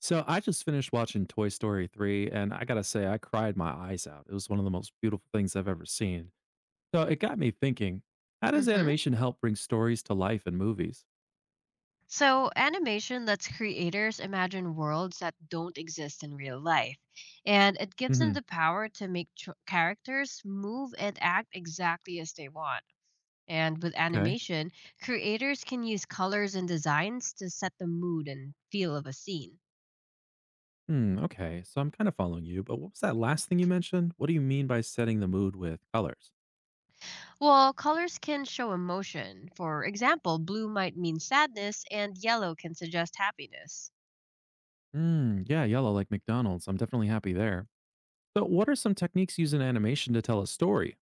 So I just finished watching Toy Story 3, and I gotta say, I cried my eyes out. It was one of the most beautiful things I've ever seen. So it got me thinking, how does Mm-hmm. animation help bring stories to life in movies? So, animation lets creators imagine worlds that don't exist in real life, and it gives them Hmm. the power to make characters move and act exactly as they want. And with Okay. animation, creators can use colors and designs to set the mood and feel of a scene. Hmm, okay. So I'm kind of following you, but what was that last thing you mentioned? What do you mean by setting the mood with colors? Well, colors can show emotion. For example, blue might mean sadness and yellow can suggest happiness. Hmm, yeah, yellow like McDonald's. I'm definitely happy there. So, what are some techniques used in animation to tell a story?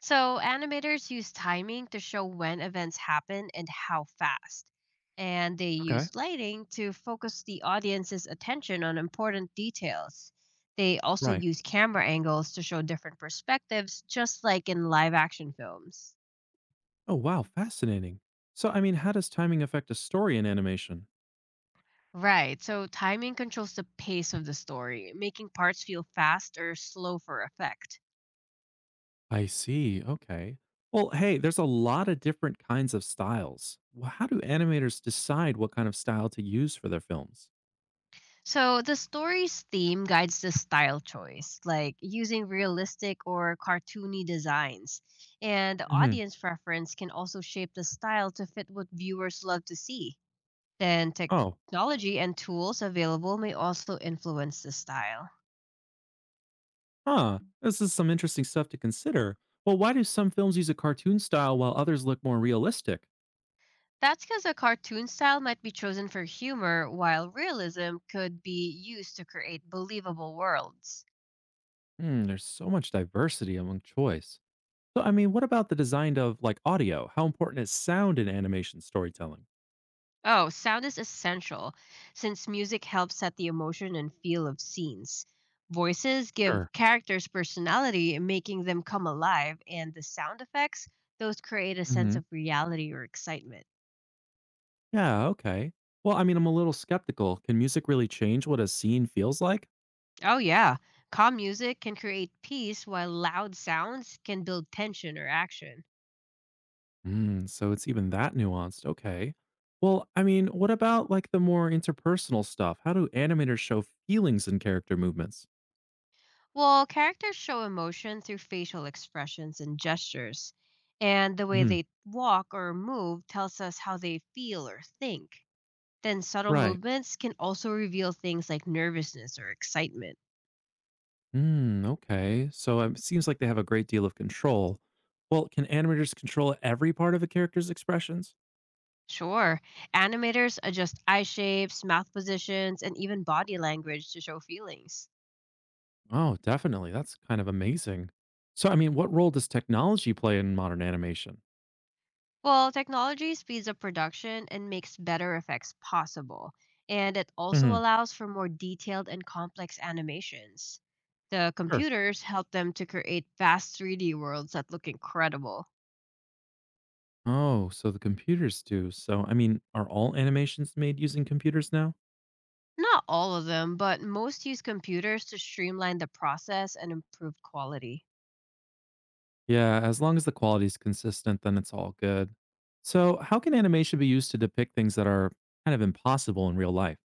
So, animators use timing to show when events happen and how fast. And they Okay, use lighting to focus the audience's attention on important details. They also right. use camera angles to show different perspectives, just like in live action films. Oh, wow, fascinating. So, I mean, how does timing affect a story in animation? Right, so timing controls the pace of the story, making parts feel fast or slow for effect. I see. Okay. Well, hey, there's a lot of different kinds of styles. Well, how do animators decide what kind of style to use for their films? So the story's theme guides the style choice, like using realistic or cartoony designs. And Hmm. audience preference can also shape the style to fit what viewers love to see. Then Oh, technology and tools available may also influence the style. huh. This is some interesting stuff to consider. Well, why do some films use a cartoon style while others look more realistic? That's because a cartoon style might be chosen for humor, while realism could be used to create believable worlds. Hmm, there's so much diversity among choice. So, I mean, what about the design of like audio? How important is sound in animation storytelling? Oh, sound is essential since music helps set the emotion and feel of scenes. Voices give Sure. characters personality, making them come alive, and the sound effects, those create a sense Hmm. of reality or excitement. Yeah, okay. Well, I mean, I'm a little skeptical. Can music really change what a scene feels like? Oh, yeah. Calm music can create peace, while loud sounds can build tension or action. Mm, so it's even that nuanced. Okay. Well, I mean, what about like the more interpersonal stuff? How do animators show feelings in character movements? Well, characters show emotion through facial expressions and gestures, and the way Hmm. they walk or move tells us how they feel or think. Then subtle Right. movements can also reveal things like nervousness or excitement. Mm, okay. So it seems like they have a great deal of control. Well, can animators control every part of a character's expressions? Sure. Animators adjust eye shapes, mouth positions, and even body language to show feelings. Oh, definitely. That's kind of amazing. So, I mean, what role does technology play in modern animation? Well, technology speeds up production and makes better effects possible, and it also Hmm. allows for more detailed and complex animations. The Sure. computers help them to create vast 3D worlds that look incredible. Oh, so the computers do. So, I mean, are all animations made using computers now? Not all of them, but most use computers to streamline the process and improve quality. Yeah, as long as the quality is consistent, then it's all good. So, how can animation be used to depict things that are kind of impossible in real life?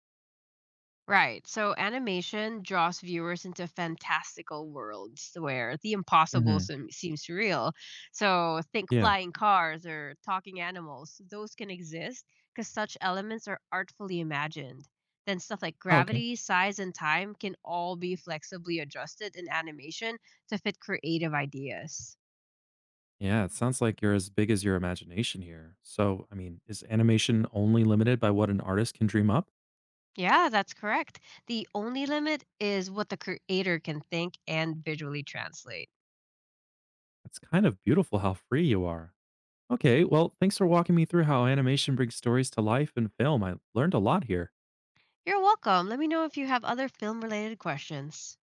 Right. So animation draws viewers into fantastical worlds where the Hmm. Seems real. So think Yeah. flying cars or talking animals. Those can exist because such elements are artfully imagined. Then stuff like Oh, okay. gravity, size, and time can all be flexibly adjusted in animation to fit creative ideas. Yeah, it sounds like you're as big as your imagination here. So, I mean, is animation only limited by what an artist can dream up? Yeah, that's correct. The only limit is what the creator can think and visually translate. It's kind of beautiful how free you are. Okay, well, thanks for walking me through how animation brings stories to life in film. I learned a lot here. You're welcome. Let me know if you have other film related questions.